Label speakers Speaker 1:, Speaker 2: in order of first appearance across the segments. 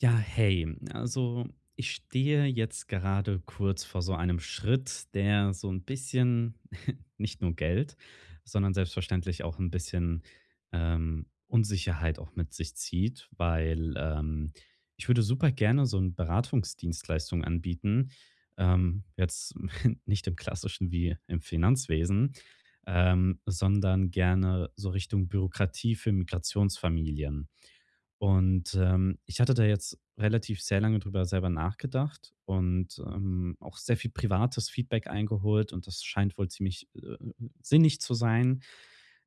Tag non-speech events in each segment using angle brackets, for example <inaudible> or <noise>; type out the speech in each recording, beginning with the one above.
Speaker 1: Ja, hey, also ich stehe jetzt gerade kurz vor so einem Schritt, der so ein bisschen <laughs> nicht nur Geld, sondern selbstverständlich auch ein bisschen, Unsicherheit auch mit sich zieht, weil, ich würde super gerne so eine Beratungsdienstleistung anbieten, jetzt <laughs> nicht im klassischen wie im Finanzwesen, sondern gerne so Richtung Bürokratie für Migrationsfamilien. Und, ich hatte da jetzt relativ sehr lange drüber selber nachgedacht und, auch sehr viel privates Feedback eingeholt, und das scheint wohl ziemlich, sinnig zu sein.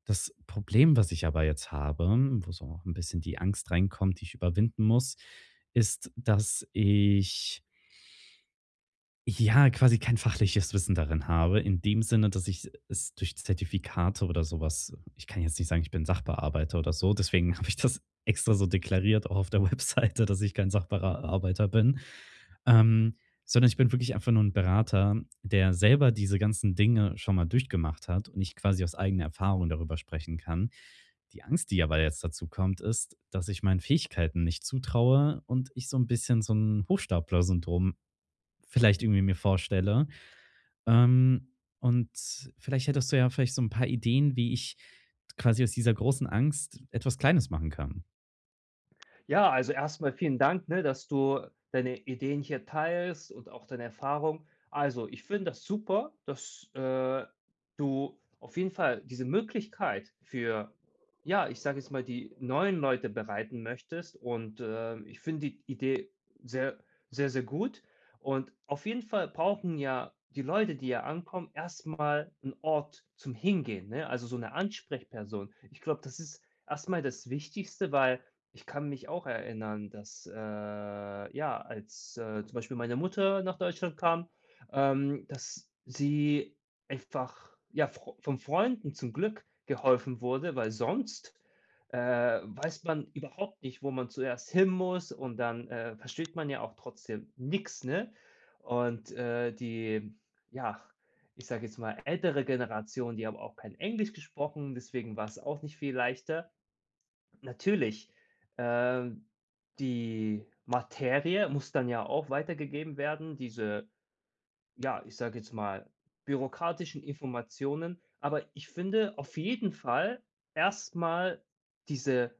Speaker 1: Das Problem, was ich aber jetzt habe, wo so auch 'n bisschen die Angst reinkommt, die ich überwinden muss, ist, dass ich ja quasi kein fachliches Wissen darin habe, in dem Sinne, dass ich es durch Zertifikate oder sowas. Ich kann jetzt nicht sagen, ich bin Sachbearbeiter oder so, deswegen <laughs> habe ich das extra so deklariert, auch auf der Webseite, dass ich kein Sachbearbeiter bin. Ähm, Sondern ich bin wirklich einfach nur ein Berater, der selber diese ganzen Dinge schon mal durchgemacht hat und ich quasi aus eigener Erfahrung darüber sprechen kann. Die Angst, die aber jetzt dazu kommt, ist, dass ich meinen Fähigkeiten nicht zutraue und ich so ein bisschen so ein Hochstapler-Syndrom vielleicht irgendwie mir vorstelle. Und vielleicht hättest du ja vielleicht so ein paar Ideen, wie ich quasi aus dieser großen Angst etwas Kleines machen kann.
Speaker 2: Ja, also erstmal vielen Dank, ne, dass du deine Ideen hier teilst und auch deine Erfahrung. Also, ich finde das super, dass, du auf jeden Fall diese Möglichkeit für, ja, ich sage jetzt mal, die neuen Leute bereiten möchtest und, ich finde die Idee sehr, sehr, sehr gut. Und auf jeden Fall brauchen ja die Leute, die ja ankommen, erstmal einen Ort zum Hingehen, ne? Also, so eine Ansprechperson. Ich glaube, das ist erstmal das Wichtigste, weil ich kann mich auch erinnern, dass, ja, als, zum Beispiel meine Mutter nach Deutschland kam, dass sie einfach, ja, fro von Freunden zum Glück geholfen wurde, weil sonst, weiß man überhaupt nicht, wo man zuerst hin muss und dann, versteht man ja auch trotzdem nichts, ne? Und, die, ja, ich sage jetzt mal, ältere Generation, die haben auch kein Englisch gesprochen, deswegen war es auch nicht viel leichter. Natürlich. Ähm, Die Materie muss dann ja auch weitergegeben werden, diese, ja, ich sage jetzt mal, bürokratischen Informationen. Aber ich finde auf jeden Fall erstmal diese,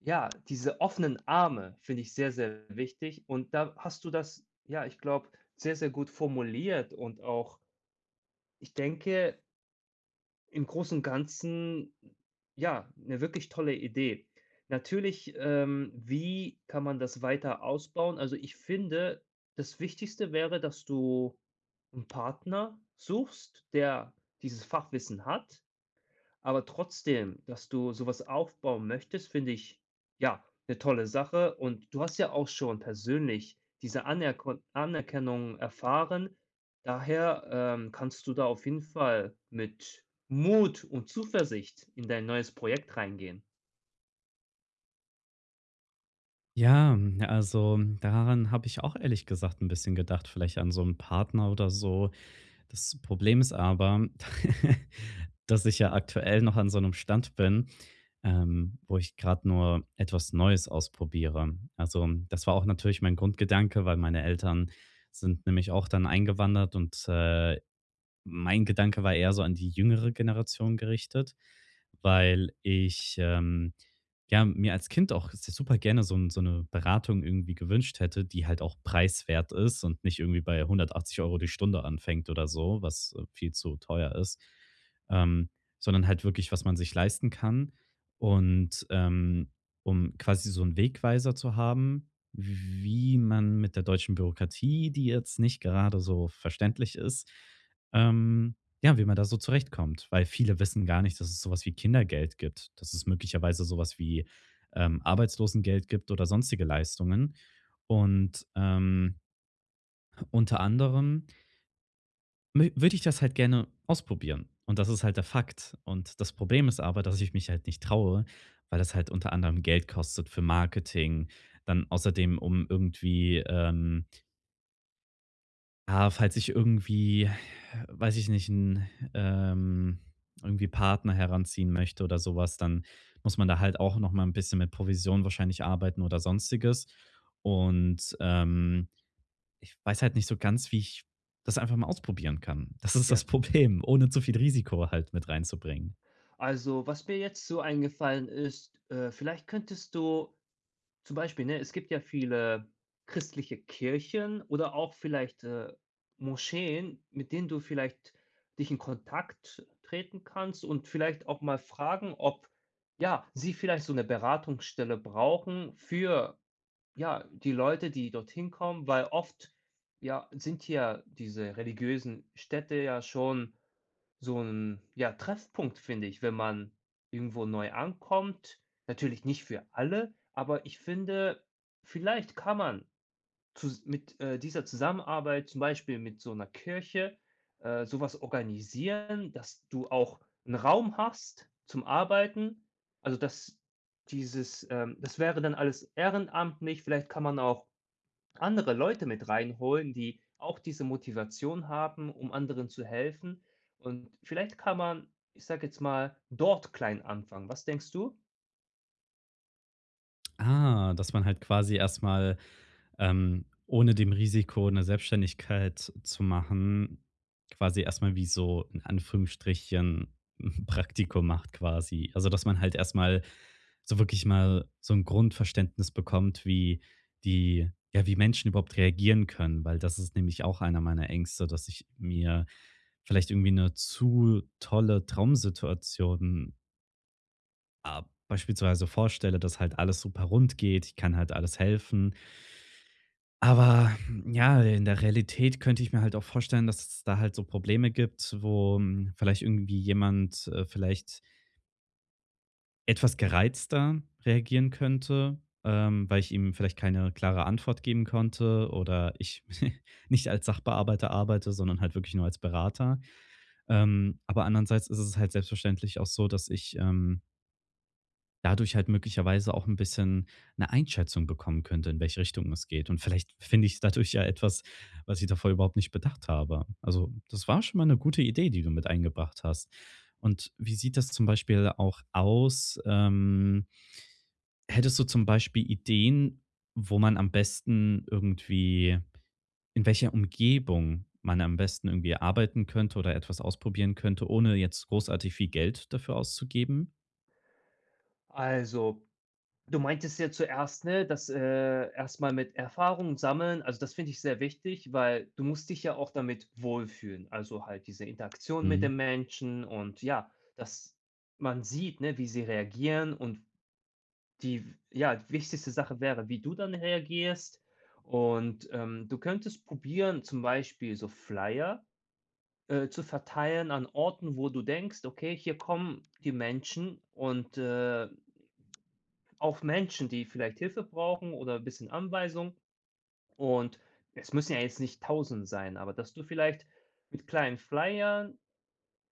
Speaker 2: ja, diese offenen Arme finde ich sehr, sehr wichtig. Und da hast du das, ja, ich glaube, sehr, sehr gut formuliert. Und auch, ich denke, im Großen und Ganzen, ja, eine wirklich tolle Idee. Natürlich, wie kann man das weiter ausbauen? Also, ich finde, das Wichtigste wäre, dass du einen Partner suchst, der dieses Fachwissen hat, aber trotzdem, dass du sowas aufbauen möchtest, finde ich, ja, eine tolle Sache. Und du hast ja auch schon persönlich diese Anerkon Anerkennung erfahren. Daher, kannst du da auf jeden Fall mit Mut und Zuversicht in dein neues Projekt reingehen.
Speaker 1: Ja, also, daran habe ich auch ehrlich gesagt ein bisschen gedacht, vielleicht an so 'n Partner oder so. Das Problem ist aber, <laughs> dass ich ja aktuell noch an so einem Stand bin, wo ich gerade nur etwas Neues ausprobiere. Also, das war auch natürlich mein Grundgedanke, weil meine Eltern sind nämlich auch dann eingewandert, mein Gedanke war eher so an die jüngere Generation gerichtet, weil ich, ja, mir als Kind auch super gerne so 'n so 'ne Beratung irgendwie gewünscht hätte, die halt auch preiswert ist und nicht irgendwie bei 180 Euro die Stunde anfängt oder so, was, viel zu teuer ist, ähm, sondern halt wirklich, was man sich leisten kann. Und, um quasi so einen Wegweiser zu haben, wie man mit der deutschen Bürokratie, die jetzt nicht gerade so verständlich ist, ähm, ja, wie man da so zurechtkommt, weil viele wissen gar nicht, dass es sowas wie Kindergeld gibt, dass es möglicherweise sowas wie, Arbeitslosengeld gibt oder sonstige Leistungen. Und, unter anderem mö würde ich das halt gerne ausprobieren. Und das ist halt der Fakt. Und das Problem ist aber, dass ich mich halt nicht traue, weil das halt unter anderem Geld kostet für Marketing, dann außerdem, um irgendwie, ja, falls ich irgendwie, weiß ich nicht, ähm irgendwie Partner heranziehen möchte oder sowas, dann muss man da halt auch noch mal ein bisschen mit Provision wahrscheinlich arbeiten oder Sonstiges. Und, ich weiß halt nicht so ganz, wie ich das einfach mal ausprobieren kann. Das ist
Speaker 2: Ja.
Speaker 1: das Problem, ohne zu viel Risiko halt mit reinzubringen.
Speaker 2: Also, was mir jetzt so eingefallen ist, vielleicht könntest du zum Beispiel, ne, es gibt ja viele christliche Kirchen oder auch vielleicht, Moscheen, mit denen du vielleicht dich in Kontakt treten kannst und vielleicht auch mal fragen, ob, ja, sie vielleicht so eine Beratungsstelle brauchen für, ja, die Leute, die dorthin kommen, weil oft, ja, sind hier diese religiösen Städte ja schon so ein, ja, Treffpunkt, finde ich, wenn man irgendwo neu ankommt. Natürlich nicht für alle, aber ich finde, vielleicht kann man Zus mit, dieser Zusammenarbeit, zum Beispiel mit so einer Kirche, so organisieren, dass du auch einen Raum hast zum Arbeiten. Also, dass dieses, das wäre dann alles ehrenamtlich. Vielleicht kann man auch andere Leute mit reinholen, die auch diese Motivation haben, um anderen zu helfen. Und vielleicht kann man, ich sage jetzt mal, dort klein anfangen. Was denkst du?
Speaker 1: Ah, dass man halt quasi erstmal, ohne dem Risiko eine Selbstständigkeit zu machen, quasi erstmal wie so in Anführungsstrichen 'n Praktikum macht quasi. Also, dass man halt erstmal so wirklich mal so ein Grundverständnis bekommt, wie die ja, wie Menschen überhaupt reagieren können, weil das ist nämlich auch einer meiner Ängste, dass ich mir vielleicht irgendwie eine zu tolle Traumsituation, ah, beispielsweise vorstelle, dass halt alles super rund geht, ich kann halt alles helfen. Aber ja, in der Realität könnte ich mir halt auch vorstellen, dass es da halt so Probleme gibt, wo vielleicht irgendwie jemand, vielleicht etwas gereizter reagieren könnte, weil ich ihm vielleicht keine klare Antwort geben konnte oder ich <laughs> nicht als Sachbearbeiter arbeite, sondern halt wirklich nur als Berater. Aber andererseits ist es halt selbstverständlich auch so, dass ich, dadurch halt möglicherweise auch ein bisschen eine Einschätzung bekommen könnte, in welche Richtung es geht. Und vielleicht finde ich dadurch ja etwas, was ich davor überhaupt nicht bedacht habe. Also, das war schon mal eine gute Idee, die du mit eingebracht hast. Und wie sieht das zum Beispiel auch aus? Hättest du zum Beispiel Ideen, wo man am besten irgendwie, in welcher Umgebung man am besten irgendwie arbeiten könnte oder etwas ausprobieren könnte, ohne jetzt großartig viel Geld dafür auszugeben?
Speaker 2: Also, du meintest ja zuerst, ne, dass, erst mit Erfahrung sammeln, also, das finde ich sehr wichtig, weil du musst dich ja auch damit wohlfühlen. Also, halt diese Interaktion mit
Speaker 1: Mhm.
Speaker 2: dem Menschen und, ja, dass man sieht, ne, wie sie reagieren und die w ja, die wichtigste Sache wäre, wie du dann reagierst. Und, du könntest probieren, zum Beispiel so Flyer, zu verteilen an Orten, wo du denkst: „Okay, hier kommen die Menschen und, auf Menschen, die vielleicht Hilfe brauchen oder ein bisschen Anweisung, und es müssen ja jetzt nicht Tausend sein, aber dass du vielleicht mit kleinen Flyern,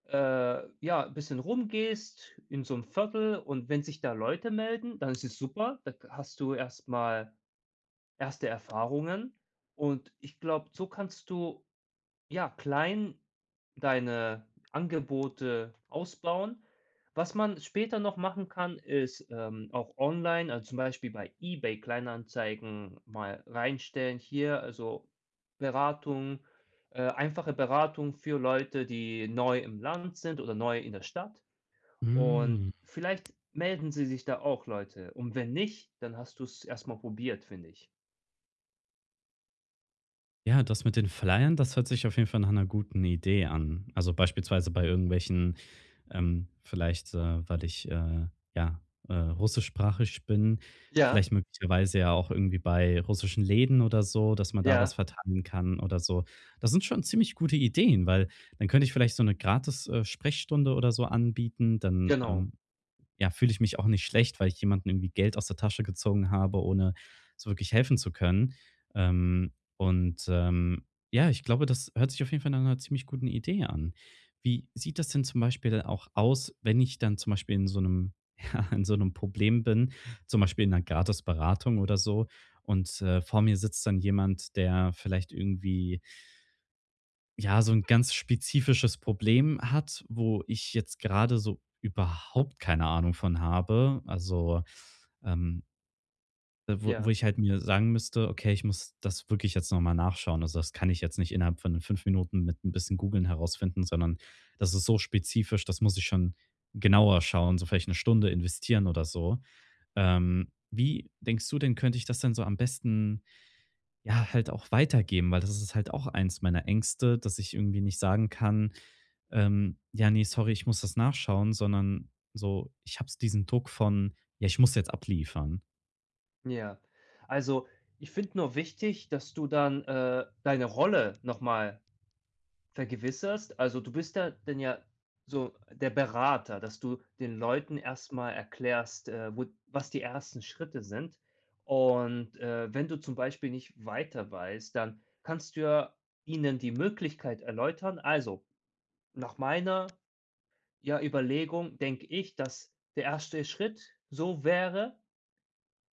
Speaker 2: ja, ein bisschen rumgehst in so einem Viertel und wenn sich da Leute melden, dann ist es super. Da k hast du erstmal erste Erfahrungen und ich glaube, so kannst du, ja, klein deine Angebote ausbauen. Was man später noch machen kann, ist, auch online, also zum Beispiel bei eBay Kleinanzeigen mal reinstellen hier, also Beratung, einfache Beratung für Leute, die neu im Land sind oder neu in der Stadt.
Speaker 1: Hm.
Speaker 2: Und vielleicht melden sie sich da auch Leute. Und wenn nicht, dann hast du es erstmal probiert, finde ich.
Speaker 1: Ja, das mit den Flyern, das hört sich auf jeden Fall nach einer guten Idee an. Also, beispielsweise bei irgendwelchen, vielleicht, weil ich, ja, russischsprachig bin, vielleicht
Speaker 2: Ja,
Speaker 1: möglicherweise ja auch irgendwie bei russischen Läden oder so, dass man da was
Speaker 2: ja,
Speaker 1: verteilen kann oder so. Das sind schon ziemlich gute Ideen, weil dann könnte ich vielleicht so eine gratis, Sprechstunde oder so anbieten, dann,
Speaker 2: genau,
Speaker 1: ja, fühle ich mich auch nicht schlecht, weil ich jemanden irgendwie Geld aus der Tasche gezogen habe, ohne so wirklich helfen zu können. Und ja, ich glaube, das hört sich auf jeden Fall nach einer ziemlich guten Idee an. Wie sieht das denn zum Beispiel auch aus, wenn ich dann zum Beispiel in so einem, <laughs> ja, in so einem Problem bin, zum Beispiel in einer Gratisberatung oder so, und vor mir sitzt dann jemand, der vielleicht irgendwie ja, so ein ganz spezifisches Problem hat, wo ich jetzt gerade so überhaupt keine Ahnung von habe. Also, ähm, wo
Speaker 2: ja.
Speaker 1: ich halt mir sagen müsste: „Okay, ich muss das wirklich jetzt noch mal nachschauen.“ Also, das kann ich jetzt nicht innerhalb von 5 Minuten mit ein bisschen Googeln herausfinden, sondern das ist so spezifisch, das muss ich schon genauer schauen, so vielleicht eine Stunde investieren oder so. Wie denkst du denn, könnte ich das denn so am besten ja, halt auch weitergeben, weil das ist halt auch eins meiner Ängste, dass ich irgendwie nicht sagen kann, „Ja, nee sorry, ich muss das nachschauen“, sondern so, ich habe diesen Druck von: „Ja, ich muss jetzt abliefern.“
Speaker 2: Ja. Also, ich finde nur wichtig, dass du dann, deine Rolle noch mal vergewisserst. Also, du bist da dann ja so der Berater, dass du den Leuten erst mal erklärst, wo was die ersten Schritte sind. Und, wenn du zum Beispiel nicht weiter weißt, dann kannst du ja ihnen die Möglichkeit erläutern: „Also, nach meiner, ja, Überlegung denke ich, dass der erste Schritt so wäre“,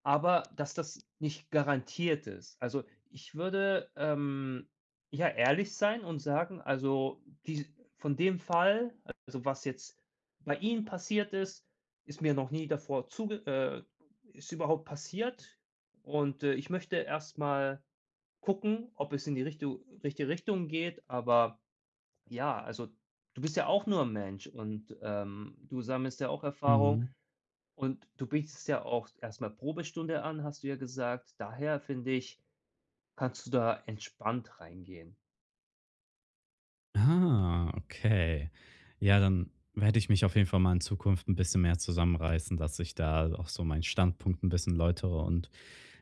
Speaker 2: aber dass das nicht garantiert ist. Also, ich würde, ja, ehrlich sein und sagen, also, die von dem Fall, also, was jetzt bei Ihnen passiert ist, ist mir noch nie davor zuge ist überhaupt passiert und, ich möchte erstmal gucken, ob es in die Richtu richtige Richtung geht, aber, ja, also, du bist ja auch nur ein Mensch und, du sammelst ja auch Erfahrung
Speaker 1: Mhm.
Speaker 2: und du bietest ja auch erstmal Probestunde an, hast du ja gesagt. Daher finde ich, kannst du da entspannt reingehen.
Speaker 1: Ah, okay. Ja, dann werde ich mich auf jeden Fall mal in Zukunft ein bisschen mehr zusammenreißen, dass ich da auch so meinen Standpunkt ein bisschen läutere und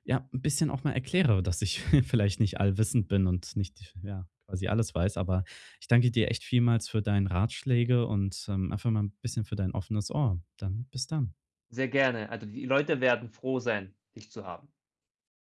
Speaker 1: ja, ein bisschen auch mal erkläre, dass ich <laughs> vielleicht nicht allwissend bin und nicht, ja, quasi alles weiß. Aber ich danke dir echt vielmals für deine Ratschläge und, einfach mal ein bisschen für dein offenes Ohr. Dann bis dann.
Speaker 2: Sehr gerne. Also, die Leute werden froh sein, dich zu haben.